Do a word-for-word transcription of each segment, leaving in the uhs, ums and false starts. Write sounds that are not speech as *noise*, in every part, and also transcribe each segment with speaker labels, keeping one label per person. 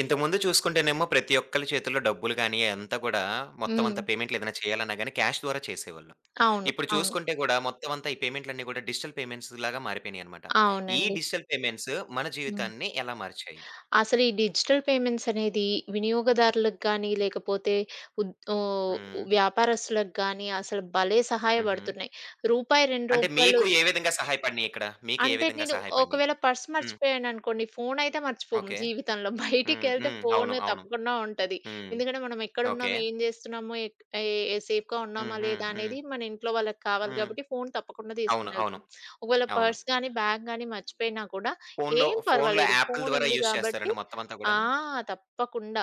Speaker 1: ఇంతకుముందు చూసుకుంటేనేమో ప్రతి ఒక్కళ్ళ చేతుల్లో డబ్బులు గానీ, అదంతా గూడా మొత్తం
Speaker 2: హ్మ్.
Speaker 1: అంతా పేమెంట్లు ఏదైనా చేయాలన్నా గానీ క్యాష్ ద్వారా చేసేవాళ్ళు.
Speaker 2: అవును.
Speaker 1: ఇప్పుడు
Speaker 2: అవును.
Speaker 1: చూసుకుంటే గూడా మొత్తం అంతా ఈ పేమెంట్‌లన్నీ గూడా డిజిటల్ పేమెంట్స్ లాగా మారిపోయినాయన్నమాట. ఈ
Speaker 2: అవునండి.
Speaker 1: డిజిటల్ పేమెంట్స్ మన
Speaker 2: హ్మ్.
Speaker 1: జీవితాన్ని ఎలా మార్చాయి?
Speaker 2: అసలు ఈ డిజిటల్ పేమెంట్స్ అనేది వినియోగదారులకు గానీ, లేకపోతే ఉద్ ఓహ్!
Speaker 1: హ్మ్.
Speaker 2: వ్యాపారస్తులకు గానీ అసలు భలే
Speaker 1: హుహు.
Speaker 2: సహాయపడుతున్నాయి. రూపాయి, రూ. రెండు
Speaker 1: అంటే
Speaker 2: రూపాయలు
Speaker 1: మీకు ఏ విధంగా సహాయపడినాయి ఇక్కడ? మీకు ఏ
Speaker 2: అంటే
Speaker 1: విధంగా
Speaker 2: నేను
Speaker 1: సహాయపడినాయి?
Speaker 2: ఒకవేళ పర్స్
Speaker 1: హ్మ్.
Speaker 2: మర్చిపోయాననుకోండి, ఫోనయితే మర్చిపోము
Speaker 1: ఓకే.
Speaker 2: జీవితంలో.
Speaker 1: హ్మ్.
Speaker 2: బయటికెళ్తే
Speaker 1: హ్మ్. అవును.
Speaker 2: ఫోను
Speaker 1: అవును.
Speaker 2: తప్పకుండా ఉంటది.
Speaker 1: హ్మ్.
Speaker 2: ఎందుకంటే మనం
Speaker 1: ఓకే.
Speaker 2: ఎక్కడున్నాము, ఏం జేస్తున్నాము, ఎక్ ఏ సేఫ్‌గా
Speaker 1: హ్మ్.
Speaker 2: ఉన్నామా
Speaker 1: హ్మ్.
Speaker 2: లేదా
Speaker 1: హ్మ్.
Speaker 2: అనేది మన ఇంట్లో వాళ్ళకి కావాలి
Speaker 1: హ్మ్.
Speaker 2: గాబట్టి ఫోను తప్పకుండా
Speaker 1: అవును. అవును.
Speaker 2: తీసుకొనెళ్తాం. ఒకవేళ
Speaker 1: అవును.
Speaker 2: పర్స్ గానీ, బ్యాగ్ గానీ మర్చిపోయినా కూడా
Speaker 1: ఫోన్‌లో
Speaker 2: ఏం
Speaker 1: ఫోన్‌లో
Speaker 2: పర్వాలేదు.
Speaker 1: యాప్‌ల ద్వారా
Speaker 2: ఫోనుంది
Speaker 1: యూజ్
Speaker 2: గాబట్టి
Speaker 1: చేస్తారండి మొత్తం అంతా
Speaker 2: ఆ!
Speaker 1: గూడాను?
Speaker 2: తప్పకుండా.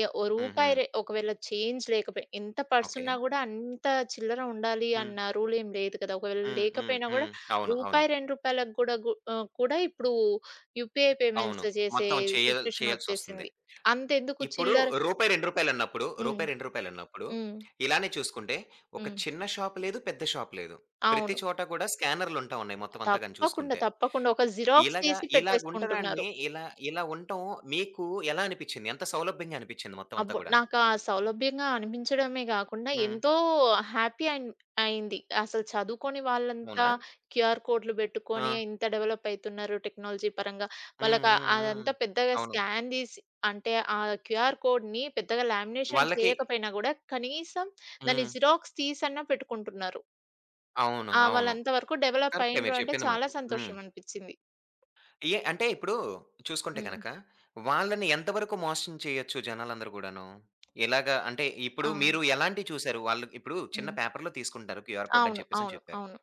Speaker 2: ఎ ఓ
Speaker 1: హుహు.
Speaker 2: రూపాయి రె ఒకవేళ చేంజ్ లేకపోయి ఎంత
Speaker 1: ఓకే.
Speaker 2: పర్సున్నా గూడా అంత చిల్లర ఉండాలి
Speaker 1: హ్మ్.
Speaker 2: అన్న రూలేం లేదు కదా! ఒకవేళ
Speaker 1: హ్మ్. హ్మ్.
Speaker 2: లేకపోయినా గూడా
Speaker 1: హ్మ్. అవును. అవును.
Speaker 2: రూపాయి, రూ. 2లకు గూడా గు ఆహ్, కూడా ఇప్పుడు యూపీఐ
Speaker 1: అవును.
Speaker 2: పేమెంట్స్ చేసే
Speaker 1: మొత్తం చేయాల్
Speaker 2: సిట్యుయేషన్
Speaker 1: చేయాల్సొస్తుంది.
Speaker 2: ఒచ్చేసింది. అంతెందుకు
Speaker 1: ఇప్పుడు
Speaker 2: చిల్లర.
Speaker 1: రూ. రెండు, రూ. రెండు అన్నప్పుడు, రూ.
Speaker 2: హ్మ్.
Speaker 1: రెండు, రూ. రెండు అన్నప్పుడు
Speaker 2: హ్మ్.
Speaker 1: ఇలానే చూసుకుంటే ఒక
Speaker 2: హ్మ్.
Speaker 1: చిన్న షాప్ లేదు, పెద్ద షాప్ లేదు. ప్రతి
Speaker 2: అవును.
Speaker 1: చోట కూడా స్కానర్‌లుంటా ఉన్నాయి మొత్తం అంతా గాని
Speaker 2: తప్పకుండా.
Speaker 1: చూసుకుంటే.
Speaker 2: తప్పకుండా. ఒక జిరాక్స్
Speaker 1: ఇలాగా
Speaker 2: తీసి పెట్టేసుకుంటున్నారు.
Speaker 1: ఇలాగుంటడాన్ని ఇలా ఇలా ఉండటం మీకు ఎలా అనిపిచ్చింది? ఎంత సౌలభ్యంగా అనిపిచ్చింది మొత్తం అంతా
Speaker 2: అబ్బో!
Speaker 1: కూడాను?
Speaker 2: నాకా సౌలభ్యంగా అనిపించడమే గాకుండా,
Speaker 1: హ్మ్.
Speaker 2: ఎంతో హ్యాపీ అన్ అయింది. అసలు చదువుకోని వాళ్ళంతా
Speaker 1: అవునా?
Speaker 2: క్యూఆర్ కోడ్‌లు బెట్టుకొని
Speaker 1: ఆ!
Speaker 2: ఇంత డెవలప్ అయితున్నారు టెక్నాలజీ పరంగా.
Speaker 1: హ్మ్.
Speaker 2: వాళ్ళకా
Speaker 1: హ్మ్. హ్మ్.
Speaker 2: అదంతా పెద్దగా
Speaker 1: అవును.
Speaker 2: స్కాన్ దీసి అంటే, ఆ క్యూఆర్ కోడ్‌ని పెద్దగా లామినేషన్
Speaker 1: వాళ్ళకి
Speaker 2: చేయకపోయినా గూడా, కనీసం దాన్ని
Speaker 1: హ్మ్.
Speaker 2: జిరాక్స్ తీసన్నా పెట్టుకుంటున్నారు.
Speaker 1: అవును.
Speaker 2: ఆ!
Speaker 1: అవును.
Speaker 2: వాళ్ళంత వరకు డెవలప్
Speaker 1: కరెక్టే
Speaker 2: అయ్యిండ్రు
Speaker 1: మీరు
Speaker 2: అంటే,
Speaker 1: చెప్పింది
Speaker 2: చాలా
Speaker 1: మాత్రం. హ్మ్.
Speaker 2: సంతోషమనిపిచ్చింది.
Speaker 1: ఏ అంటే ఇప్పుడు చూసుకుంటే
Speaker 2: హ్మ్.
Speaker 1: గనక, వాళ్ళని ఎంతవరకు మోసం చేయొచ్చు జనాలందరూ గూడాను? ఎలాగా అంటే ఇప్పుడు
Speaker 2: ఆ!
Speaker 1: మీరు ఎలాంటియి చూసారు? వాళ్ళు ఇప్పుడు చిన్న
Speaker 2: హ్మ్.
Speaker 1: పేపర్‌లో తీసుకుంటారు క్యూఆర్ కోడ్ అని
Speaker 2: అవును.
Speaker 1: చెప్పేసని
Speaker 2: అవును.
Speaker 1: చెప్పారు.
Speaker 2: అవును.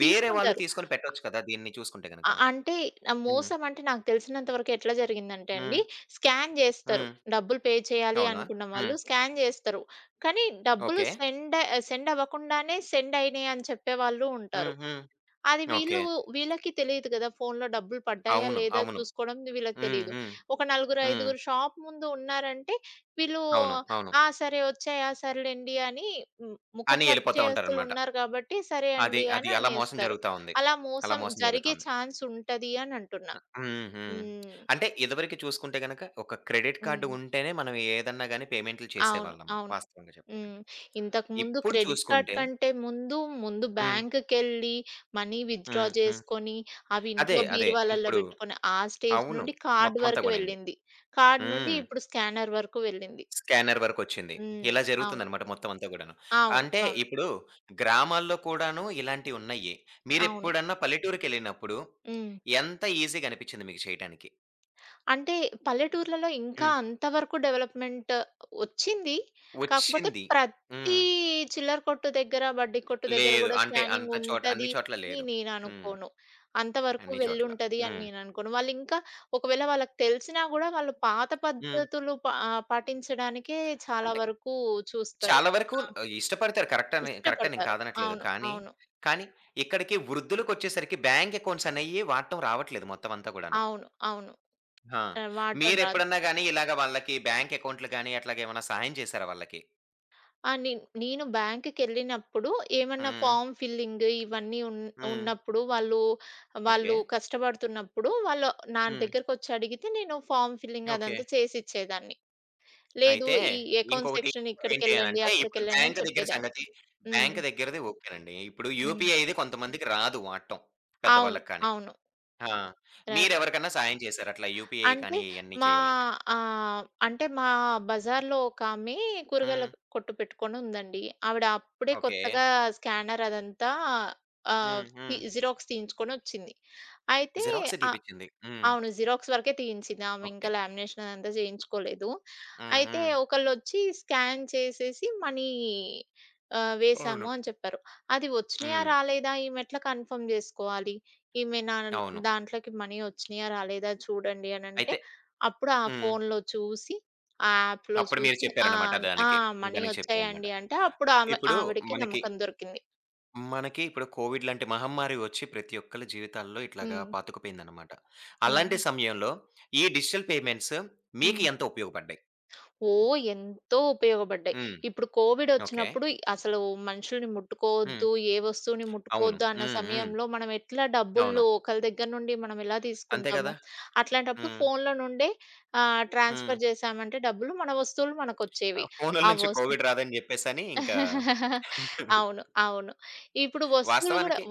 Speaker 1: వేరే వాళ్ళు
Speaker 2: తీసుకుంటారు.
Speaker 1: తీసుకొని పెట్టొచ్చు కదా! దీన్ని చూసుకుంటే గనక.
Speaker 2: అ అంటే ఆహ్,
Speaker 1: హ్మ్.
Speaker 2: మోసం అంటే నాకు తెలిసినంత వరకు ఎట్లా జరిగిందంటే
Speaker 1: హ్మ్.
Speaker 2: అండి, స్కాన్ జేస్తారు.
Speaker 1: హ్మ్.
Speaker 2: డబ్బులు పే చేయాలి
Speaker 1: అవునా?
Speaker 2: అనుకున్న
Speaker 1: హ్మ్.
Speaker 2: వాళ్ళు స్కాన్ జేస్తారు. కానీ డబ్బులు
Speaker 1: ఓకే.
Speaker 2: సెండ్ సెండ్ అవ్వకుండానే సెండ్ అయినాయి అని చెప్పేవాళ్ళు
Speaker 1: హ్మ్.
Speaker 2: ఉంటారు.
Speaker 1: హ్మ్.
Speaker 2: అది వీళ్ళు
Speaker 1: ఓకే.
Speaker 2: వీళ్ళకి తెలీదు గదా! ఫోన్‌లో డబ్బులు పడ్డాయా?
Speaker 1: అవును.
Speaker 2: లేదా?
Speaker 1: అవును.
Speaker 2: చూసుకోవడం వీళ్ళకి
Speaker 1: హ్మ్.
Speaker 2: తెలీదు.
Speaker 1: హ్మ్.
Speaker 2: ఒక నలుగురు,
Speaker 1: హ్మ్.
Speaker 2: ఐదుగురు షాప్ ముందు ఉన్నారంటే వీళ్ళు
Speaker 1: అవును. అవును.
Speaker 2: ఆ! సరే వచ్చాయా? సర్లేండి అని ము ముఖ
Speaker 1: అని ఎళ్ళిపోతా
Speaker 2: పరిచయస్తులు
Speaker 1: ఉంటారనమాట.
Speaker 2: ఉన్నారు కాబట్టి సరే
Speaker 1: అది,
Speaker 2: అండి
Speaker 1: అది
Speaker 2: అని
Speaker 1: అలా మోసం
Speaker 2: అనేస్తారు.
Speaker 1: జరుగుతా ఉంది.
Speaker 2: అలా
Speaker 1: అలా
Speaker 2: మోసం
Speaker 1: మోసం జరుగుతా
Speaker 2: జరిగే
Speaker 1: ఉంది.
Speaker 2: ఛాన్స్ ఉంటది అని అంటున్నా.
Speaker 1: హ్మ్. హ్మ్.
Speaker 2: హ్మ్.
Speaker 1: అంటే ఇదివరకు చూసుకుంటే గనక ఒక క్రెడిట్ కార్డ్
Speaker 2: హ్మ్.
Speaker 1: ఉంటేనే మనం ఏదన్నా గాని పేమెంట్‌లు
Speaker 2: అవును.
Speaker 1: చేసేవాళ్ళము
Speaker 2: అవును.
Speaker 1: వాస్తవంగా
Speaker 2: హ్మ్.
Speaker 1: చెప్పాలంటే.
Speaker 2: ఇంతకుముందు
Speaker 1: ఇప్పుడు
Speaker 2: క్రెడిట్ కార్డ్
Speaker 1: చూసుకుంటే
Speaker 2: కంటే ముందు, ముందు
Speaker 1: హ్మ్.
Speaker 2: బ్యాంక్‌కెళ్ళి మనీ విత్‌డ్రా
Speaker 1: హ్మ్. హ్మ్.
Speaker 2: జేసుకొని, అవి
Speaker 1: అదే.
Speaker 2: ఇంట్లో
Speaker 1: అదే.
Speaker 2: బీరువాలల్లో
Speaker 1: ఇప్పుడు
Speaker 2: బెట్టుకొని, ఆ స్టేజ్
Speaker 1: అవును.
Speaker 2: నుండి కార్డ్
Speaker 1: మొత్తం అంతా
Speaker 2: వరకు
Speaker 1: గూనండి.
Speaker 2: వెళ్ళింది. కార్డ్ నుండి
Speaker 1: హ్మ్.
Speaker 2: ఇప్పుడు స్కానర్ వరకు వెళ్ళింది.
Speaker 1: స్కానర్ వరకొచ్చింది.
Speaker 2: హ్మ్.
Speaker 1: ఇలా
Speaker 2: అవును.
Speaker 1: జరుగుతుందనమాట మొత్తం అంతా గూడాను.
Speaker 2: అవును.
Speaker 1: అంటే
Speaker 2: అవును.
Speaker 1: ఇప్పుడు గ్రామాల్లో కూడాను ఇలాంటివున్నయి.
Speaker 2: అవును.
Speaker 1: మీరెప్పుడన్నా పల్లెటూరికెళ్ళినప్పుడు
Speaker 2: హ్మ్.
Speaker 1: ఎంత ఈజీ‌గా అనిపిచ్చింది మీకు చేయటానికి?
Speaker 2: అంటే పల్లెటూర్లలో ఇంకా
Speaker 1: హ్మ్.
Speaker 2: అంతవరకు డెవలప్‌మెంట్ వచ్చింది. కాకపోతే
Speaker 1: వచ్చింది.
Speaker 2: ప్రతి
Speaker 1: హ్మ్.
Speaker 2: చిల్లర కొట్టు దగ్గర, బడ్డీ కొట్టు దగ్గర
Speaker 1: లేదు.
Speaker 2: గూడా
Speaker 1: అంటే అంత
Speaker 2: స్కానింగ్
Speaker 1: చోట అన్ని
Speaker 2: ఉంటది
Speaker 1: చోట్ల
Speaker 2: అని
Speaker 1: లేదు. హ్మ్.
Speaker 2: నేననుకోను. అంతవరకు
Speaker 1: అన్ని చోట్ల.
Speaker 2: వెళ్ళుంటది అని
Speaker 1: హ్మ్.
Speaker 2: నేననుకోను. వాళ్ళింకా ఒకవేళ వాళ్ళకి తెలిసినా గూడా వాళ్ళు పాత
Speaker 1: హ్మ్.
Speaker 2: పద్ధతులు పా ఆహ్, పాటించడానికే చాలా
Speaker 1: అంటే
Speaker 2: వరకు చూస్తారు.
Speaker 1: చాలా వరకు
Speaker 2: ఆ!
Speaker 1: ఆహ్, ఇష్టపడతారు కరెక్టని కరెక్టే, నేను
Speaker 2: ఇష్టపడతారు.
Speaker 1: కాదనట్లేదు.
Speaker 2: అవును.
Speaker 1: కానీ,
Speaker 2: అవును.
Speaker 1: కానీ ఇక్కడికి వృద్ధులకొచ్చేసరికి బ్యాంక్ అకౌంట్స్ అనేయి వాడటం రావట్లేదు మొత్తం అంతా గూడాను.
Speaker 2: అవును. అవును.
Speaker 1: ఆ!
Speaker 2: ఆహ్, వాడటం రాదు.
Speaker 1: మీరెప్పుడన్నా గాని ఇలాగ వాళ్ళకి బ్యాంక్ అకౌంట్‌లు గాని అట్లాగేమన్నా సహాయం చేసారా వాళ్ళకి?
Speaker 2: ఆ! నేన్ నేను బ్యాంక్‌కెళ్ళినప్పుడు ఏమన్నా
Speaker 1: హ్మ్.
Speaker 2: ఫార్మ్ ఫిల్లింగ్ ఇవన్నీ ఉన్
Speaker 1: హ్మ్.
Speaker 2: ఉన్నప్పుడు వాళ్ళు,
Speaker 1: ఓకే.
Speaker 2: వాళ్ళు కష్టపడుతున్నప్పుడు వాళ్ళు నా
Speaker 1: హ్మ్.
Speaker 2: దగ్గరకొచ్చి అడిగితే నేను ఫార్మ్ ఫిల్లింగ్
Speaker 1: ఓకే.
Speaker 2: అదంతా చేసిచ్చేదాన్ని. లేదు
Speaker 1: అయితే
Speaker 2: ఈ అకౌంట్
Speaker 1: ఇంకొకటి
Speaker 2: సెక్షన్
Speaker 1: ఏంటి
Speaker 2: ఇక్కడికెళ్ళండి,
Speaker 1: అనంటే, ఇప్పుడు
Speaker 2: అక్కడికెళ్ళండి
Speaker 1: బ్యాంక్
Speaker 2: అని
Speaker 1: దగ్గర
Speaker 2: చెప్పేదాన్ని.
Speaker 1: సంగతి
Speaker 2: హ్మ్.
Speaker 1: బ్యాంక్ దగ్గరది ఓకేనండి. ఇప్పుడు
Speaker 2: హ్మ్.
Speaker 1: యూపీఐది కొంతమందికి రాదు వాడటం.
Speaker 2: అవును.
Speaker 1: పెద్దవాళ్ళకి కానీ.
Speaker 2: అవును.
Speaker 1: ఆ!
Speaker 2: ర
Speaker 1: మీరెవరికన్నా సాయం చేసారా అట్లా యూపీఐ
Speaker 2: అంటే
Speaker 1: కానీ ఇయన్నీ
Speaker 2: మా
Speaker 1: చేయాలంటే?
Speaker 2: ఆహ్, అంటే మా బజార్‌లో ఒకామె కూరగాయల
Speaker 1: హ్మ్.
Speaker 2: కొట్టు పెట్టుకొని ఉందండి. ఆవిడ అప్పుడే
Speaker 1: ఓకే.
Speaker 2: కొత్తగా స్కానర్ అదంతా ఆహ్,
Speaker 1: హ్మ్.
Speaker 2: తి
Speaker 1: హ్మ్.
Speaker 2: జిరాక్స్ తీయించుకొనొచ్చింది. అయితే
Speaker 1: జిరాక్సే
Speaker 2: ఆ
Speaker 1: తీపిచ్చింది. హ్మ్.
Speaker 2: అవును. జిరాక్స్ వరకే తీయించింది. ఆమె
Speaker 1: ఓకే.
Speaker 2: ఇంకా లామినేషన్ అదంతా చేయించుకోలేదు.
Speaker 1: హ్మ్.
Speaker 2: అయితే
Speaker 1: హ్మ్.
Speaker 2: ఒకళ్ళొచ్చి స్కాన్ చేసేసి మనీ ఆహ్, వేసాము
Speaker 1: అవును.
Speaker 2: అని చెప్పారు. అది వచ్చినాయా?
Speaker 1: హ్మ్.
Speaker 2: రాలేదా? ఈమె ఎట్లా కన్ఫర్మ్ జేసుకోవాలి? ఈమె నా
Speaker 1: అవును.
Speaker 2: దాంట్లోకి మనీ వచ్చినాయా? రాలేదా? చూడండి అనంటే,
Speaker 1: అయితే
Speaker 2: అప్పుడు ఆ
Speaker 1: హ్మ్.
Speaker 2: ఫోన్‌లో చూసి, ఆ యాప్‌లో
Speaker 1: అప్పుడు మీరు
Speaker 2: చూసి ఆ!
Speaker 1: చెప్పారన్నమాట
Speaker 2: ఆ!
Speaker 1: దానికి.
Speaker 2: మనీ
Speaker 1: దానికి చెప్పారన్నమాట.
Speaker 2: వచ్చాయండి అంటే అప్పుడు ఆమె
Speaker 1: ఇప్పుడు
Speaker 2: ఆవిడకి
Speaker 1: మనకి
Speaker 2: నమ్మకం దొరికింది.
Speaker 1: మనకి ఇప్పుడు కోవిడ్ లాంటి మహమ్మారి వచ్చి ప్రతి ఒక్కళ్ళ జీవితాల్లో ఇట్లాగా
Speaker 2: హ్మ్.
Speaker 1: పాతుకుపోయిందనమాట.
Speaker 2: హ్మ్.
Speaker 1: అలాంటి సమయంలో ఈ డిజిటల్ పేమెంట్స్ మీకు
Speaker 2: హ్మ్.
Speaker 1: ఎంత ఉపయోగపడ్డాయి?
Speaker 2: ఓహ్! ఎంతో ఉపయోగపడ్డాయి.
Speaker 1: హ్మ్.
Speaker 2: ఇప్పుడు
Speaker 1: ఓకే.
Speaker 2: కోవిడొచ్చినప్పుడు అసలు మనుషుల్ని
Speaker 1: హ్మ్.
Speaker 2: ముట్టుకోవద్దు, ఏ వస్తువుని
Speaker 1: అవును.
Speaker 2: ముట్టుకోవద్దు అన్న
Speaker 1: హ్మ్. హ్మ్.
Speaker 2: సమయంలో మనం ఎట్లా
Speaker 1: అవును.
Speaker 2: డబ్బులు ఒకళ్ళ దగ్గర నుండి మనం ఎలా
Speaker 1: అంతే
Speaker 2: తీసుకుంటాము?
Speaker 1: గదా!
Speaker 2: అట్లాంటప్పుడు
Speaker 1: హ్మ్.
Speaker 2: ఫోన్‌లో నుండే ఆహ్,
Speaker 1: హ్మ్.
Speaker 2: ట్రాన్స్‌ఫర్ చేశామంటే డబ్బులు మన వస్తువులు
Speaker 1: ఆ
Speaker 2: మనకొచ్చేవి.
Speaker 1: ఫోనుల
Speaker 2: ఆ
Speaker 1: నుంచి
Speaker 2: వస్తు
Speaker 1: కోవిడ్ రాదని జెప్పేసని ఇంకా
Speaker 2: *laughs* అవును.
Speaker 1: *laughs*
Speaker 2: అవును. ఇప్పుడు వస్తువులు గూడా
Speaker 1: వాస్తవానికి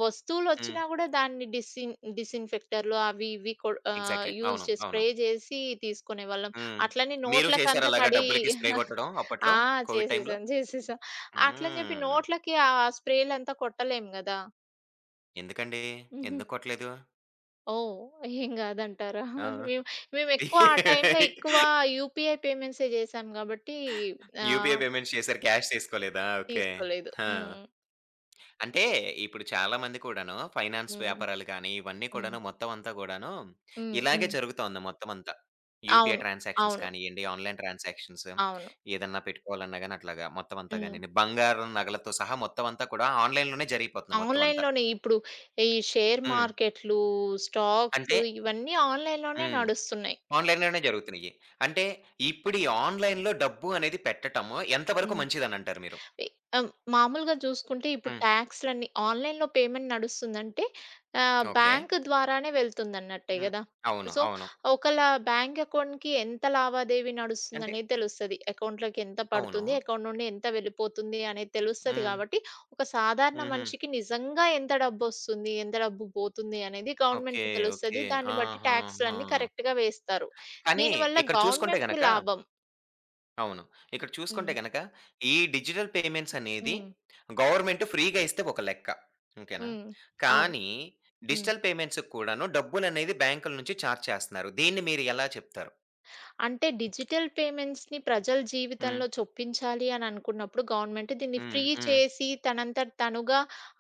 Speaker 1: హ్మ్.
Speaker 2: వస్తువులొచ్చినా గూడా దాన్ని డిసిన్ డిసిన్‌ఫెక్టర్‌లు అవి ఇవి కొ ఆహ్,
Speaker 1: ఎగ్జాక్ట్‌లీ.
Speaker 2: యూజ్
Speaker 1: అవును.
Speaker 2: చేసి
Speaker 1: అవును.
Speaker 2: స్ప్రే జేసి తీసుకునేవాళ్ళం.
Speaker 1: హ్మ్.
Speaker 2: అట్లనే
Speaker 1: మీరు చేసారా
Speaker 2: నోట్లకంతా
Speaker 1: అలాగా
Speaker 2: తడి.
Speaker 1: డబ్బులకి స్ప్రే
Speaker 2: *laughs*
Speaker 1: గొట్టడం అప్పట్లో
Speaker 2: ఆ!
Speaker 1: కోవిడ్ టైంలో?
Speaker 2: చేసేసాం. చేసేసాం. అట్లని జెప్పి
Speaker 1: హ్మ్.
Speaker 2: నోట్లకి ఆ స్ప్రేలంతా కొట్టలేం గదా!
Speaker 1: ఎందుకండి?
Speaker 2: హుహు.
Speaker 1: ఎందుకు కొట్టలేదు?
Speaker 2: ఓహ్! ఏం గాదంటారా? *laughs*
Speaker 1: ఆ!
Speaker 2: మేము మేమెక్కువ ఆ టైంలో ఎక్కువ
Speaker 1: *laughs*
Speaker 2: యూపీఐ పేమెంట్సే జేసాం గాబట్టి
Speaker 1: యూపీఐ
Speaker 2: ఆహ్,
Speaker 1: పేమెంట్స్ చేసారు. క్యాష్ తీసుకోలేదా? ఓకే.
Speaker 2: తీసుకోలేదు.
Speaker 1: ఆ!
Speaker 2: హ్మ్.
Speaker 1: అంటే ఇప్పుడు చాలామంది కూడాను ఫైనాన్స్
Speaker 2: హ్మ్.
Speaker 1: వ్యాపారాలు కానీ, ఇవన్నీ
Speaker 2: హ్మ్.
Speaker 1: కూడాను మొత్తం అంతా గూడాను
Speaker 2: హ్మ్.
Speaker 1: ఇలాగే
Speaker 2: హ్మ్.
Speaker 1: జరుగుతోంది మొత్తం అంతా. యూపీఐ
Speaker 2: అవును.
Speaker 1: ట్రాన్సాక్షన్స్
Speaker 2: అవును.
Speaker 1: కానియ్యండి, ఆన్‌లైన్ ట్రాన్సాక్షన్స్
Speaker 2: అవును.
Speaker 1: ఏదన్నా పెట్టుకోవాలన్నా గాని అట్లాగా మొత్తం అంతా
Speaker 2: హ్మ్.
Speaker 1: గానియండి. బంగారం నగలతో సహా మొత్తం అంతా కూడా ఆన్‌లైన్‌లోనే జరిగిపోతుంది మొత్తం అంతా.
Speaker 2: ఆన్‌లైన్‌లోనే ఇప్పుడు ఈ షేర్
Speaker 1: హ్మ్.
Speaker 2: మార్కెట్లు, స్టాక్స్
Speaker 1: అంటే
Speaker 2: ఇవన్నీ ఆన్‌లైన్‌లోనే
Speaker 1: హ్మ్.
Speaker 2: నడుస్తున్నాయి.
Speaker 1: ఆన్‌లైన్‌లోనే జరుగుతున్నయి. అంటే ఇప్పుడు ఈ ఆన్‌లైన్‌లో డబ్బు అనేది పెట్టటము ఎంతవరకు
Speaker 2: హ్మ్.
Speaker 1: మంచిదనంటారు మీరు?
Speaker 2: ఎ ఆహ్, మామూలుగా జూసుకుంటే ఇప్పుడు
Speaker 1: హ్మ్.
Speaker 2: టాక్స్‌లన్నీ ఆన్‌లైన్‌లో పేమెంట్ నడుస్తుందంటే ఆహ్,
Speaker 1: ఓకే.
Speaker 2: బ్యాంక్ ద్వారానే వెళ్తుందన్నట్టే
Speaker 1: హ్మ్.
Speaker 2: గదా!
Speaker 1: అవును.
Speaker 2: సో,
Speaker 1: అవును.
Speaker 2: ఒకళ్ళ బ్యాంక్ అకౌంట్‌కి ఎంత లావాదేవీ
Speaker 1: అంటే
Speaker 2: నడుస్తుందనేది తెలుస్తది. అకౌంట్‌లోకి ఎంత
Speaker 1: అవును.
Speaker 2: పడుతుంది, అకౌంట్ నుండి ఎంత వెళ్ళిపోతుంది అనేది తెలుస్తది
Speaker 1: హ్మ్.
Speaker 2: గాబట్టి, ఒక సాధారణ
Speaker 1: హుహు.
Speaker 2: మనిషికి నిజంగా ఎంత డబ్బొస్తుంది, ఎంత డబ్బు పోతుంది అనేది
Speaker 1: ఓకే.
Speaker 2: గవర్నమెంట్‌కి
Speaker 1: ఓకే.
Speaker 2: తెలుస్తది. దాన్ని బట్టి
Speaker 1: ఆహాహా!
Speaker 2: టాక్స్‌లన్నీ కరెక్ట్‌గా వేస్తారు.
Speaker 1: కానీ
Speaker 2: దీనివల్ల
Speaker 1: ఇక్కడ చూసుకుంటే
Speaker 2: గవర్నమెంట్‌కి
Speaker 1: గనక
Speaker 2: లాభం.
Speaker 1: అవును. ఇక్కడ చూసుకుంటే
Speaker 2: హ్మ్.
Speaker 1: గనక ఈ డిజిటల్ పేమెంట్స్ అనేది
Speaker 2: హ్మ్.
Speaker 1: గవర్నమెంట్ ఫ్రీగా ఇస్తే ఒక లెక్క. ఓకేనా?
Speaker 2: హ్మ్. అవును.
Speaker 1: కానీ
Speaker 2: హ్మ్.
Speaker 1: డిజిటల్ పేమెంట్స్‌కి కూడాను డబ్బులనేది బ్యాంకుల నుంచి చార్జ్ చేస్తున్నారు. దీన్ని మీరు ఎలా చెప్తారు?
Speaker 2: అంటే డిజిటల్ పేమెంట్స్‌ని ప్రజల
Speaker 1: హ్మ్.
Speaker 2: జీవితంలో చొప్పించాలి అని అనుకున్నప్పుడు గవర్నమెంట్ దీన్ని
Speaker 1: హ్మ్.
Speaker 2: ఫ్రీ
Speaker 1: హ్మ్.
Speaker 2: చేసి తనంతట తనుగా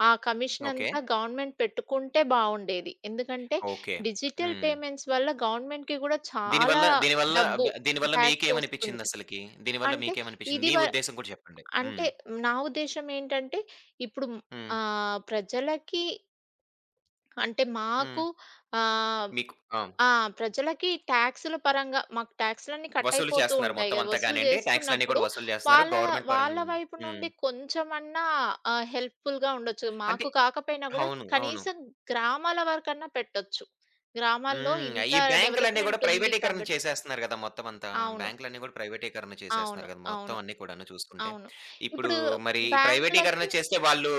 Speaker 2: ఆ కమిషన్
Speaker 1: ఓకే.
Speaker 2: అంతా గవర్నమెంట్ పెట్టుకుంటే బావుండేది. ఎందుకంటే
Speaker 1: ఓకే.
Speaker 2: డిజిటల్
Speaker 1: హ్మ్.
Speaker 2: పేమెంట్స్ వల్ల గవర్నమెంట్‌కి గూడా చాలా
Speaker 1: దీనివల్ల దీనివల్ల
Speaker 2: డబ్బు
Speaker 1: బ దీనివల్ల
Speaker 2: టాక్స్ ఒస్తుంది.
Speaker 1: మీకేమనిపిచ్చిందసలకి? దీనివల్ల
Speaker 2: అంటే
Speaker 1: మీకేమనిపిచ్చింది?
Speaker 2: ఇది
Speaker 1: మీ
Speaker 2: వ
Speaker 1: ఉద్దేశం కూడా చెప్పండి. హ్మ్.
Speaker 2: అంటే నా ఉద్దేశ్యం ఏంటంటే ఇప్పుడు
Speaker 1: హ్మ్.
Speaker 2: ఆహ్, ప్రజలకి అంటే
Speaker 1: హ్మ్.
Speaker 2: మాకు ఆహ్,
Speaker 1: మీకు ఆ!
Speaker 2: ఆ! ప్రజలకి టాక్స్‌ల పరంగా మాకు టాక్స్‌లన్నీ కట్
Speaker 1: వసూలు
Speaker 2: అయిపోతూ
Speaker 1: చేస్తున్నారు
Speaker 2: ఉంటాయి
Speaker 1: మొత్తం
Speaker 2: గదా!
Speaker 1: అంతా
Speaker 2: వసూలు
Speaker 1: గానియండి. టాక్స్‌లన్నీ
Speaker 2: జేస్తున్నప్పుడు
Speaker 1: కూడా వసూలు చేస్తున్నారు.
Speaker 2: వాళ్ళ
Speaker 1: గవర్నమెంట్ పరం
Speaker 2: వాళ్ళ వైపు
Speaker 1: హ్మ్.
Speaker 2: నుండి కొంచెమన్నా ఆహ్, హెల్ప్‌ఫుల్‌గా ఉండొచ్చు.
Speaker 1: అంటే
Speaker 2: మాకు కాకపోయినా గూడా
Speaker 1: అవును. అవును.
Speaker 2: కనీసం గ్రామాల వరకన్నా పెట్టొచ్చు. గ్రామాల్లో
Speaker 1: హ్మ్.
Speaker 2: ఇంత
Speaker 1: ఈ బ్యాంకులన్నీ గూడా
Speaker 2: డెవలప్‌మెంట్ ఉంది
Speaker 1: ప్రైవేటీకరణ
Speaker 2: కాబట్టి
Speaker 1: చేసేస్తున్నారు గదా! మొత్తం అంతా.
Speaker 2: అవును.
Speaker 1: బ్యాంకులన్నీ గూడా ప్రైవేటీకరణ
Speaker 2: అవును.
Speaker 1: చేసేస్తున్నారు గదా! మొత్తం
Speaker 2: అవును.
Speaker 1: అన్నీ కూడాను చూసుకుంటే.
Speaker 2: అవును.
Speaker 1: ఇప్పుడు
Speaker 2: ఇప్పుడు
Speaker 1: మరి ప్రైవేటీకరణ
Speaker 2: బ్యాంకులకి
Speaker 1: చేస్తే వాళ్ళు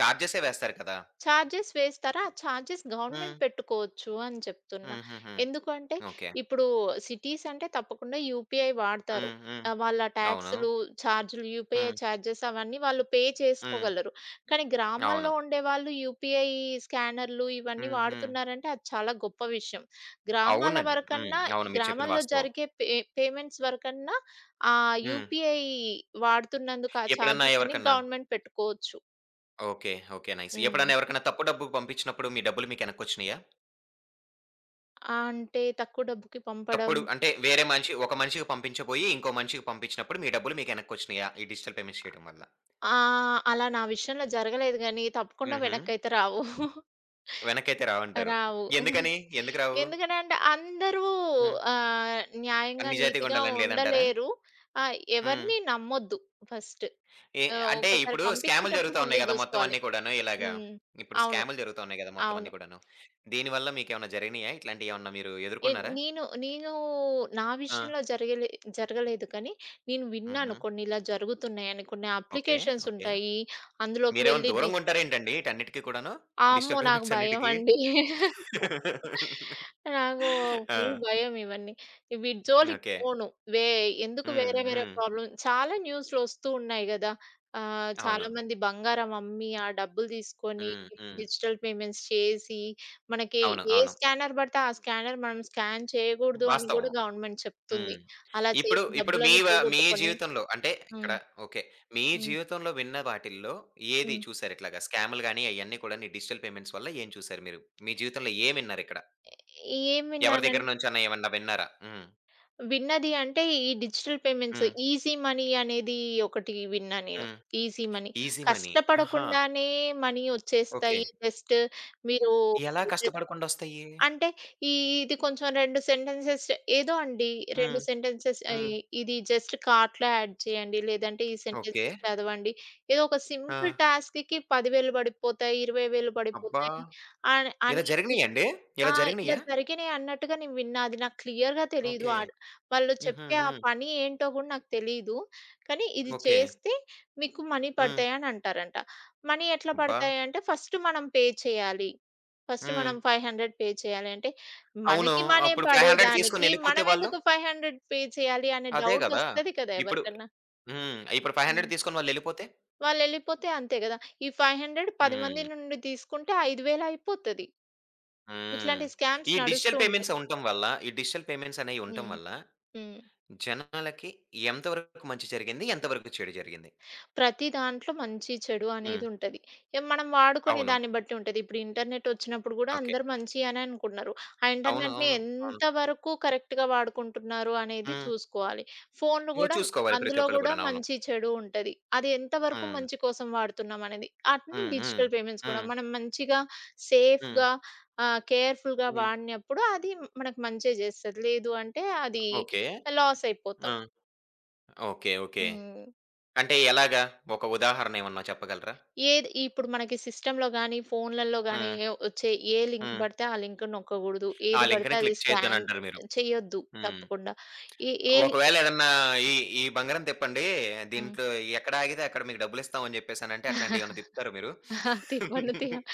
Speaker 1: చార్జెసే వేస్తారు కదా!
Speaker 2: చార్జెస్ వేస్తారా? ఆ చార్జెస్
Speaker 1: హ్మ్.
Speaker 2: గవర్నమెంట్ పెట్టుకోవచ్చు అని చెప్తున్నా.
Speaker 1: హుహుహు.
Speaker 2: ఎందుకంటే
Speaker 1: ఓకే.
Speaker 2: ఇప్పుడు సిటీస్ అంటే తప్పకుండా యూపీఐ వాడతారు.
Speaker 1: హ్మ్. హ్మ్.
Speaker 2: ఆహ్, వాళ్ళ
Speaker 1: అవును.
Speaker 2: ట్యాక్స్‌లు, చార్జ్‌లు యూపీఐ
Speaker 1: హ్మ్.
Speaker 2: చార్జెస్ అవన్నీ వాళ్ళు పే
Speaker 1: హ్మ్.
Speaker 2: చేసుకోగలరు. కానీ
Speaker 1: అవును.
Speaker 2: గ్రామాల్లో ఉండేవాళ్ళు యూపీఐ స్కానర్‌లు ఇవన్నీ
Speaker 1: హ్మ్. హ్మ్.
Speaker 2: వాడుతున్నారంటే అది చాలా గొప్ప విషయం. గ్రామాల
Speaker 1: అవునండి. హ్మ్.
Speaker 2: వరకన్నా
Speaker 1: అవును. మీరు చెప్పింది
Speaker 2: గ్రామాల్లో
Speaker 1: వాస్తవం.
Speaker 2: జరిగే పే పేమెంట్స్ వరకన్నా ఆ
Speaker 1: హ్మ్.
Speaker 2: యూపీఐ వాడుతున్నందుకు ఆ
Speaker 1: ఎప్పుడన్నా
Speaker 2: చార్జెస్ అన్ని
Speaker 1: ఎవరికన్నా
Speaker 2: గవర్నమెంట్ పెట్టుకోవచ్చు.
Speaker 1: ఓకే. ఓకే. నైస్.
Speaker 2: హ్మ్.
Speaker 1: ఎప్పుడన్నా ఎవరికైనా తప్పు డబ్బు పంపించినప్పుడు మీ డబ్బులు మీకు వెనక్కొచ్చినాయా?
Speaker 2: ఆ! అంటే తక్కువ డబ్బుకి పంపడం.
Speaker 1: తప్పుడు అంటే వేరే మనిషి ఒక మనిషికి పంపించబోయి ఇంకో మనిషికి పంపించినప్పుడు మీ డబ్బులు మీకు వెనక్కొచ్చినాయా? ఈ డిజిటల్ పేమెంట్స్ చేయడం వల్ల?
Speaker 2: ఆ! అలా నా విషయంలో జరగలేదు గానీ, తప్పకుండా
Speaker 1: హుహు.
Speaker 2: వెనక్కయితే రావు.
Speaker 1: వెనకైతే రావంటారు.
Speaker 2: రావు.
Speaker 1: ఎందుకని? ఎందుకు రావు?
Speaker 2: ఎందుకనంటే అందరూ
Speaker 1: హ్మ్.
Speaker 2: ఆహ్, న్యాయంగా,
Speaker 1: నిజాయితీగా
Speaker 2: నీతిగా
Speaker 1: ఉండాలని లేదంటారా?
Speaker 2: ఉండలేరు. ఆహ్,
Speaker 1: హ్మ్.
Speaker 2: ఎవరిని నమ్మొద్దు ఫస్ట్.
Speaker 1: ఏ
Speaker 2: ఆహ్,
Speaker 1: అంటే
Speaker 2: ఒకసారి
Speaker 1: ఇప్పుడు స్కాములు
Speaker 2: పంపించేటప్పుడు
Speaker 1: జరుగుతా ఉన్నాయి
Speaker 2: ముందే
Speaker 1: గదా! మొత్తం
Speaker 2: జూసుకోవాలి.
Speaker 1: అన్నీ కూడాను ఇలాగా.
Speaker 2: హ్మ్.
Speaker 1: ఇప్పుడు
Speaker 2: అవును.
Speaker 1: స్కాములు జరుగుతా ఉన్నాయి గదా! మొత్తం
Speaker 2: అవును.
Speaker 1: అన్నీ కూడాను. దీనివల్ల మీకేమన్నా జరిగినాయా? ఇట్లాంటియేమన్నా మీరు
Speaker 2: ఎ
Speaker 1: ఎదుర్కొన్నారా?
Speaker 2: నేను నేను నా
Speaker 1: ఆ!
Speaker 2: విషయంలో జరగలే జరగలేదు కానీ, నేను విన్నాను
Speaker 1: హుహు.
Speaker 2: కొన్ని ఇలా జరుగుతున్నాయని. కొన్ని
Speaker 1: ఓకే.
Speaker 2: Applications
Speaker 1: okay.
Speaker 2: ఉంటాయి. అందులోకి
Speaker 1: మీరేమైనా
Speaker 2: వెళ్లి డి
Speaker 1: దూరంగా ఉంటారేంటండి ఈటన్నిటికి కూడాను?
Speaker 2: అమ్మో!
Speaker 1: డిజిటల్
Speaker 2: నాకు
Speaker 1: పేమెంట్స్ అన్నిటికి?
Speaker 2: భయమండి. నాకు
Speaker 1: ఆ!
Speaker 2: ఫుల్ భయం ఇవన్నీ. వీటి జోలికి
Speaker 1: ఓకే.
Speaker 2: పోను. వే ఎందుకు
Speaker 1: హ్మ్.
Speaker 2: వేరే వేరే
Speaker 1: హ్మ్.
Speaker 2: ప్రాబ్లమ్ చాలా న్యూస్‌లో వస్తూ ఉన్నాయి గదా! ఆహ్,
Speaker 1: అవును.
Speaker 2: చాలామంది బంగారం అమ్మి, ఆ డబ్బులు తీసుకొని
Speaker 1: హ్మ్. హ్మ్.
Speaker 2: డిజిటల్ పేమెంట్స్ చేసి, మనకి
Speaker 1: అవును.
Speaker 2: ఏ
Speaker 1: అవును.
Speaker 2: స్కానర్ పడితే ఆ స్కానర్ మనం స్కాన్ చేయకూడదు అని
Speaker 1: వాస్తవం.
Speaker 2: గూడా గవర్నమెంట్
Speaker 1: హ్మ్.
Speaker 2: చెప్తుంది. అలా
Speaker 1: ఇప్పుడు,
Speaker 2: చేసి
Speaker 1: ఇప్పుడు మీ
Speaker 2: డబ్బులన్నీ
Speaker 1: వ మీ
Speaker 2: పోగొట్టుకొని.
Speaker 1: జీవితంలో అంటే ఇక్కడ
Speaker 2: హ్మ్.
Speaker 1: ఓకే. మీ
Speaker 2: హ్మ్.
Speaker 1: జీవితంలో విన్న వాటిల్లో ఏది
Speaker 2: హ్మ్.
Speaker 1: చూసారు ఇట్లాగా స్కామ్‌లు గాని అయన్నీ కూడాని డిజిటల్ పేమెంట్స్ వల్ల ఏం చూసారు మీరు? మీ జీవితంలో ఏం విన్నారిక్కడ?
Speaker 2: ఏం
Speaker 1: ఎవరి
Speaker 2: విన్నానం
Speaker 1: దగ్గర నుంచన్నా ఏమన్నా విన్నారా? హ్మ్.
Speaker 2: విన్నది అంటే, ఈ డిజిటల్ పేమెంట్స్
Speaker 1: హ్మ్.
Speaker 2: ఈజీ మనీ అనేది ఒకటి విన్నా నేను.
Speaker 1: హ్మ్.
Speaker 2: Easy money.
Speaker 1: Easy money. ఆహా!
Speaker 2: కష్టపడకుండానే మనీ
Speaker 1: ఓకే.
Speaker 2: ఒచ్చేస్తాయి. జస్ట్ మీరు
Speaker 1: ఎ ఎలా
Speaker 2: జస్ట్
Speaker 1: కష్టపడకుండొస్తాయి?
Speaker 2: అంటే ఈ ఇది కొంచెం రెండు సెంటెన్సెస్ ఏదో అండి. రెండు
Speaker 1: హ్మ్.
Speaker 2: సెంటెన్సెస్ ఆహ్,
Speaker 1: హ్మ్.
Speaker 2: ఇది జస్ట్ కార్ట్‌లో యాడ్ చేయండి. లేదంటే ఈ
Speaker 1: ఓకే.
Speaker 2: సెంటెన్సెస్ చదవండి. ఏదో ఒక
Speaker 1: ఆ!
Speaker 2: సింపుల్ టాస్క్‌కి పది వేలు పడిపోతాయి, ఇరవై వేలు
Speaker 1: అబ్బా!
Speaker 2: పడిపోతాయి. అని
Speaker 1: ఇలా
Speaker 2: అని
Speaker 1: జరిగినియా అండి? ఇలా
Speaker 2: ఆ! ఇలా
Speaker 1: జరిగినియా?
Speaker 2: జరిగినియి అన్నట్టుగా నేను విన్నా. అది నాకు క్లియర్‌గా తెలీదు.
Speaker 1: ఓకే.
Speaker 2: ఆడ్ వాళ్ళు
Speaker 1: హుహు.
Speaker 2: చెప్పే ఆ
Speaker 1: హ్మ్.
Speaker 2: పని ఏంటో గూడా నాకు తెలీదు. కానీ ఇది
Speaker 1: ఓకే.
Speaker 2: చేస్తే మీకు మనీ
Speaker 1: హ్మ్.
Speaker 2: పడతాయని అంటారంట. మనీ ఎట్లా
Speaker 1: అబ్బా!
Speaker 2: పడతాయంటే ఫస్ట్ మనం పే చేయాలి. ఫస్ట్
Speaker 1: హ్మ్.
Speaker 2: మనం ఐదు వందలు పే చేయాలి. అంటే
Speaker 1: అవును.
Speaker 2: మనకి మనీ
Speaker 1: అప్పుడు ఐదు వందలు
Speaker 2: పడేదానికి
Speaker 1: తీసుకొనెళ్ళిపోతే వాళ్ళు?
Speaker 2: మనమెందుకు ఐదు వందలు పే చేయాలి అనే
Speaker 1: అదే
Speaker 2: డౌట్
Speaker 1: గదా!
Speaker 2: ఒస్తది కదా!
Speaker 1: ఇప్పుడు
Speaker 2: ఎవరికన్నా.
Speaker 1: హ్మ్. ఇప్పుడు
Speaker 2: హ్మ్.
Speaker 1: ఐదు వందలు తీసుకొని వాళ్ళెళ్ళిపోతే?
Speaker 2: వాళ్ళెళ్ళిపోతే అంతే గదా! ఈ ఐదు వందలు పది
Speaker 1: హ్మ్.
Speaker 2: మంది నుండి తీసుకుంటే ఐదు వేలు అయిపోతది.
Speaker 1: హ్మ్.
Speaker 2: ఇట్లాంటి
Speaker 1: ఈ
Speaker 2: స్కామ్స్ నడుస్తూ
Speaker 1: డిజిటల్
Speaker 2: ఉంటాయి.
Speaker 1: పేమెంట్స్ ఉండటం వల్ల, ఈ డిజిటల్ పేమెంట్స్ అనేయి ఉండటం
Speaker 2: హ్మ్.
Speaker 1: వల్ల
Speaker 2: హ్మ్.
Speaker 1: జనాలకి ఎంత వరకు మంచి జరిగింది? ఎంత వరకు చెడు జరిగింది?
Speaker 2: ప్రతి దాంట్లో మంచి, చెడు
Speaker 1: హ్మ్.
Speaker 2: అనేదుంటది. ఇగ మనం వాడుకునే
Speaker 1: అవును.
Speaker 2: దాన్ని బట్టి ఉంటది. ఇప్పుడు ఇంటర్నెట్ వచ్చినప్పుడు గూడా
Speaker 1: ఓకే.
Speaker 2: అందరూ మంచి అనే అనుకుంటున్నారు. ఆ
Speaker 1: అవును.
Speaker 2: ఇంటర్నెట్‌ని
Speaker 1: అవును. అవును.
Speaker 2: ఎంత వరకు కరెక్ట్‌గా వాడుకుంటున్నారు అనేది
Speaker 1: హ్మ్.
Speaker 2: చూసుకోవాలి. ఫోన్‌లు
Speaker 1: నువ్వు
Speaker 2: గూడా
Speaker 1: చూసుకోవాలి ప్రతి
Speaker 2: అందులో
Speaker 1: ఒక్కళ్ళు
Speaker 2: గూడా
Speaker 1: గూడాను. అవును.
Speaker 2: మంచి, చెడు ఉంటది. అది ఎంత వరకు
Speaker 1: హ్మ్.
Speaker 2: మంచి కోసం వాడుతున్నాం అనేది. అట్లనే
Speaker 1: హ్మ్. హ్మ్.
Speaker 2: డిజిటల్ పేమెంట్స్ కూడా
Speaker 1: హ్మ్.
Speaker 2: మనం మంచిగా,
Speaker 1: హ్మ్.
Speaker 2: సేఫ్‌గా ఆహ్, కేర్‌ఫుల్‌గా
Speaker 1: హ్మ్.
Speaker 2: వాడినప్పుడు అది మనకు మంచే జేస్తది. లేదు అంటే అది
Speaker 1: ఓకే.
Speaker 2: లాస్
Speaker 1: ఆ!
Speaker 2: అయిపోతాం.
Speaker 1: ఓకే. ఓకే.
Speaker 2: హ్మ్.
Speaker 1: అంటే ఎలాగా? ఒక ఉదాహరణ ఏమన్నా చెప్పగలరా?
Speaker 2: ఏది ఇప్పుడు మనకి సిస్టమ్‌లో గాని, ఫోన్‌లల్లో గాని
Speaker 1: హ్మ్.
Speaker 2: వచ్చే ఏ లింక్
Speaker 1: హ్మ్.
Speaker 2: పడితే ఆ లింక్ నొక్కకూడదు.
Speaker 1: ఆ
Speaker 2: ఏది పడితే
Speaker 1: లింక్‌ని
Speaker 2: అది
Speaker 1: క్లిక్
Speaker 2: స్కాన్
Speaker 1: చేయొద్దనంటారు మీరు.
Speaker 2: చేయొద్దు
Speaker 1: హ్మ్.
Speaker 2: తప్పకుండా. ఏ ఏ లి
Speaker 1: ఒకవేళ ఏదన్నా ఈ ఈ బంగారం తిప్పండి.
Speaker 2: హ్మ్.
Speaker 1: దీంట్లో ఎక్కడ ఆగితే అక్కడ మీకు డబ్బులిస్తాం అని జెప్పేసనంటే అట్లాంటియేమన్నా
Speaker 2: *laughs*
Speaker 1: తిప్పుతారా మీరు?
Speaker 2: తిప్పను తియ్య
Speaker 1: *laughs*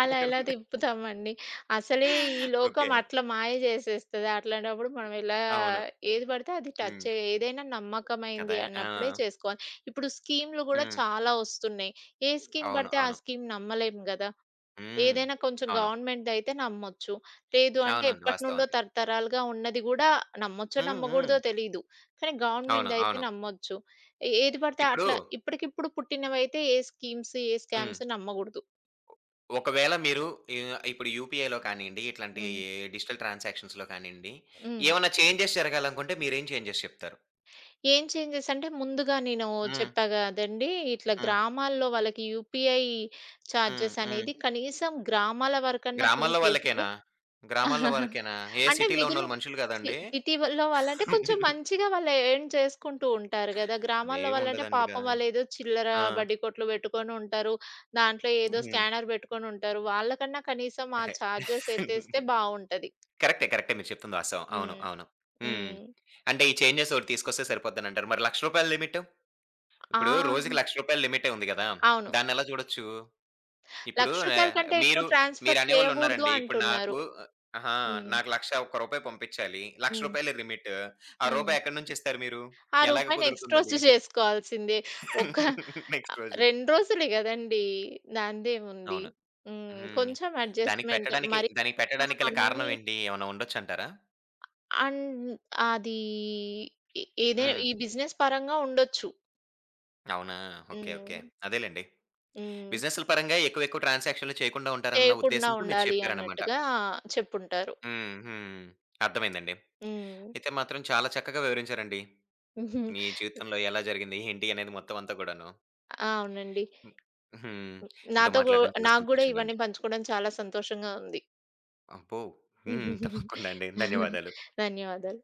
Speaker 2: అలా ఎలా తిప్పుతామండి. అసలే ఈ లోకం
Speaker 1: ఓకే.
Speaker 2: అట్లా మాయ చేసేస్తది. అట్లాంటప్పుడు మనం ఎలా
Speaker 1: అవును.
Speaker 2: ఏది పడితే అది టచ్
Speaker 1: హ్మ్.
Speaker 2: చేయ ఏదైనా
Speaker 1: కదా!
Speaker 2: నమ్మకమైంది
Speaker 1: ఆ!
Speaker 2: అన్నప్పుడే చేసుకోవాలి. ఇప్పుడు స్కీమ్‌లు కూడా
Speaker 1: హ్మ్.
Speaker 2: చాలా వస్తున్నాయి. ఏ స్కీమ్
Speaker 1: అవును.
Speaker 2: పడితే ఆ
Speaker 1: అవును.
Speaker 2: స్కీమ్ నమ్మలేము గదా!
Speaker 1: హ్మ్.
Speaker 2: ఏదైనా కొంచెం
Speaker 1: అవును.
Speaker 2: గవర్నమెంట్‌దయితే నమ్మొచ్చు. లేదు అంటే
Speaker 1: అవునండి. వాస్తవం
Speaker 2: ఎప్పటినుండో
Speaker 1: అది.
Speaker 2: తరతరాలుగా ఉన్నది గూడా నమ్మొచ్చో,
Speaker 1: హ్మ్. హ్మ్.
Speaker 2: నమ్మగూడదో తెలీదు. కానీ
Speaker 1: అవును.
Speaker 2: గవర్నమెంట్‌దయితే
Speaker 1: అవును.
Speaker 2: నమ్మొచ్చు. ఏ ఏది పడితే
Speaker 1: ఇప్పుడు
Speaker 2: అట్లా ఇప్పటికిప్పుడు పుట్టినవైతే ఏ స్కీమ్స్, ఏ
Speaker 1: హ్మ్.
Speaker 2: స్కామ్స్ నమ్మగూడదు.
Speaker 1: ఒకవేళ మీరు ఆహ్, ఇప్పుడు యూపీఐలో కానియండి, ఇట్లాంటి
Speaker 2: హ్మ్.
Speaker 1: డిజిటల్ ట్రాన్సాక్షన్స్‌లో కానియండి,
Speaker 2: హ్మ్.
Speaker 1: ఏమన్నా చేంజెస్ జరగాలనుకుంటే మీరేం చేంజెస్ చెప్తారు?
Speaker 2: ఏం చేంజెస్ అంటే ముందుగా నేను
Speaker 1: హ్మ్.
Speaker 2: చెప్పా గదండీ! ఇట్లా
Speaker 1: హ్మ్.
Speaker 2: గ్రామాల్లో వాళ్ళకి యూపీఐ
Speaker 1: హ్మ్.
Speaker 2: చార్జెస్
Speaker 1: హ్మ్.
Speaker 2: అనేది కనీసం గ్రామాల వరకన్నా
Speaker 1: గ్రామాల్లో వాళ్ళకేనా?
Speaker 2: తీసేస్తే.
Speaker 1: గ్రామాల్లో
Speaker 2: *laughs*
Speaker 1: వరకేనా? ఏ
Speaker 2: అంటే
Speaker 1: సిటీలో
Speaker 2: మిగిలిన
Speaker 1: ఉన్నోళ్ళు మనుషులు
Speaker 2: సి
Speaker 1: కాదండి?
Speaker 2: సిటీలో వాళ్ళంటే కొంచెం
Speaker 1: *laughs*
Speaker 2: మంచిగా వాళ్ళు ఎర్న్ చేసుకుంటూ ఉంటారు గదా! గ్రామాల్లో
Speaker 1: అదేమి
Speaker 2: వాళ్ళంటే
Speaker 1: ఉండదండిగా.
Speaker 2: పాపం వాళ్ళేదో చిల్లర
Speaker 1: ఆ!
Speaker 2: బడ్డీ కొట్లు పెట్టుకొని ఉంటారు. దాంట్లో ఏదో
Speaker 1: హ్మ్.
Speaker 2: స్కానర్ పెట్టుకొని ఉంటారు. వాళ్ళకన్నా కనీసం ఆ చార్జెస్ ఎత్తేస్తే బావుంటది.
Speaker 1: కరెక్టే. కరెక్టే. మీరు చెప్తుంది వాస్తవం. అవును.
Speaker 2: హ్మ్.
Speaker 1: అవును. హ్మ్.
Speaker 2: హ్మ్.
Speaker 1: అంటే ఈ చేంజెస్ ఒకటి తీసుకొస్తే సరిపోద్దనంటారు. మరి రూ. ఒక,లక్ష లిమిట్?
Speaker 2: ఆ!
Speaker 1: ఇప్పుడు రోజుకి రూ. ఒక,లక్ష లిమిటే ఉంది గదా!
Speaker 2: అవును.
Speaker 1: దాన్నెలా చూడొచ్చు?
Speaker 2: రూ.
Speaker 1: ఇప్పుడు
Speaker 2: ఒక లక్ష
Speaker 1: ఆహ్,
Speaker 2: కంటే ఎక్కువ
Speaker 1: మీరు
Speaker 2: ట్రాన్స్‌ఫర్ చేయగూడదు
Speaker 1: మీరనేవాళ్ళున్నారండి. ఇప్పుడు నాకు
Speaker 2: అంటున్నారు.
Speaker 1: అహా!
Speaker 2: హ్మ్.
Speaker 1: నాకు రూ. ఒక,లక్ష పంపిచ్చాలి. రూ. ఒక,లక్ష
Speaker 2: హ్మ్.
Speaker 1: లిమిట్. ఆ
Speaker 2: హ్మ్.
Speaker 1: రూపాయి ఎక్కడి నుంచి ఇస్తారు మీరు?
Speaker 2: ఆ
Speaker 1: ఎలాగ
Speaker 2: రూపాయిని ఎక్స్‌ట్రోస్ట్
Speaker 1: కుదురుతుందది?
Speaker 2: చేసుకోవాల్సిందే. ఒక
Speaker 1: *laughs* నెక్స్ట్
Speaker 2: ఆహ్,
Speaker 1: రోజు.
Speaker 2: రెండు రోజులే గదండీ! దానిదేముంది.
Speaker 1: అవును.
Speaker 2: హ్మ్.
Speaker 1: హ్మ్.
Speaker 2: కొంచెం
Speaker 1: దానికి
Speaker 2: అడ్జస్ట్‌మెంట్.
Speaker 1: పెట్టడానికి
Speaker 2: మరి
Speaker 1: దానికి
Speaker 2: మనం
Speaker 1: పెట్టడానికి గల కారణం
Speaker 2: అన్నీ
Speaker 1: ఏంటి? ఏమన్నా ఉండొచ్చంటారా?
Speaker 2: అండ్ అది ఎ ఏదే
Speaker 1: హ్మ్.
Speaker 2: ఈ బిజినెస్ పరంగా ఉండొచ్చు.
Speaker 1: అవునా? ఓకే. ఓకే.
Speaker 2: హ్మ్.
Speaker 1: అదేలెండి.
Speaker 2: హ్మ్.
Speaker 1: బిజినెస్‌ల పరంగా ఎక్కువ ఎక్కువ ట్రాన్సాక్షన్‌లు చేయకుండా ఉంటారన్న
Speaker 2: చేయకుండా
Speaker 1: ఉద్దేశ్యంతో మీరు
Speaker 2: ఉండాలి
Speaker 1: చెప్పారన్నమాట.
Speaker 2: అన్నట్టుగా చెప్పుంటారు.
Speaker 1: హ్మ్. హ్మ్. అర్థమైందండి.
Speaker 2: హ్మ్.
Speaker 1: అయితే మాత్రం చాలా చక్కగా వివరించారండి. మీ జీవితంలో ఎలా జరిగింది? ఏంటి అనేది మొత్తం అంతా కూడాను.
Speaker 2: అవునండి.
Speaker 1: హ్మ్. హ్మ్. మీతో
Speaker 2: నాతో గు
Speaker 1: మాట్లాడడం చాలా
Speaker 2: నాకు గూడా
Speaker 1: సంతోషంగా
Speaker 2: ఇవన్నీ
Speaker 1: ఉంది.
Speaker 2: పంచుకోవడం చాలా సంతోషంగా ఉంది.
Speaker 1: అబ్బో! హ్మ్. తప్పకుండా
Speaker 2: *laughs*
Speaker 1: అండి. ధన్యవాదాలు.
Speaker 2: ధన్యవాదాలు.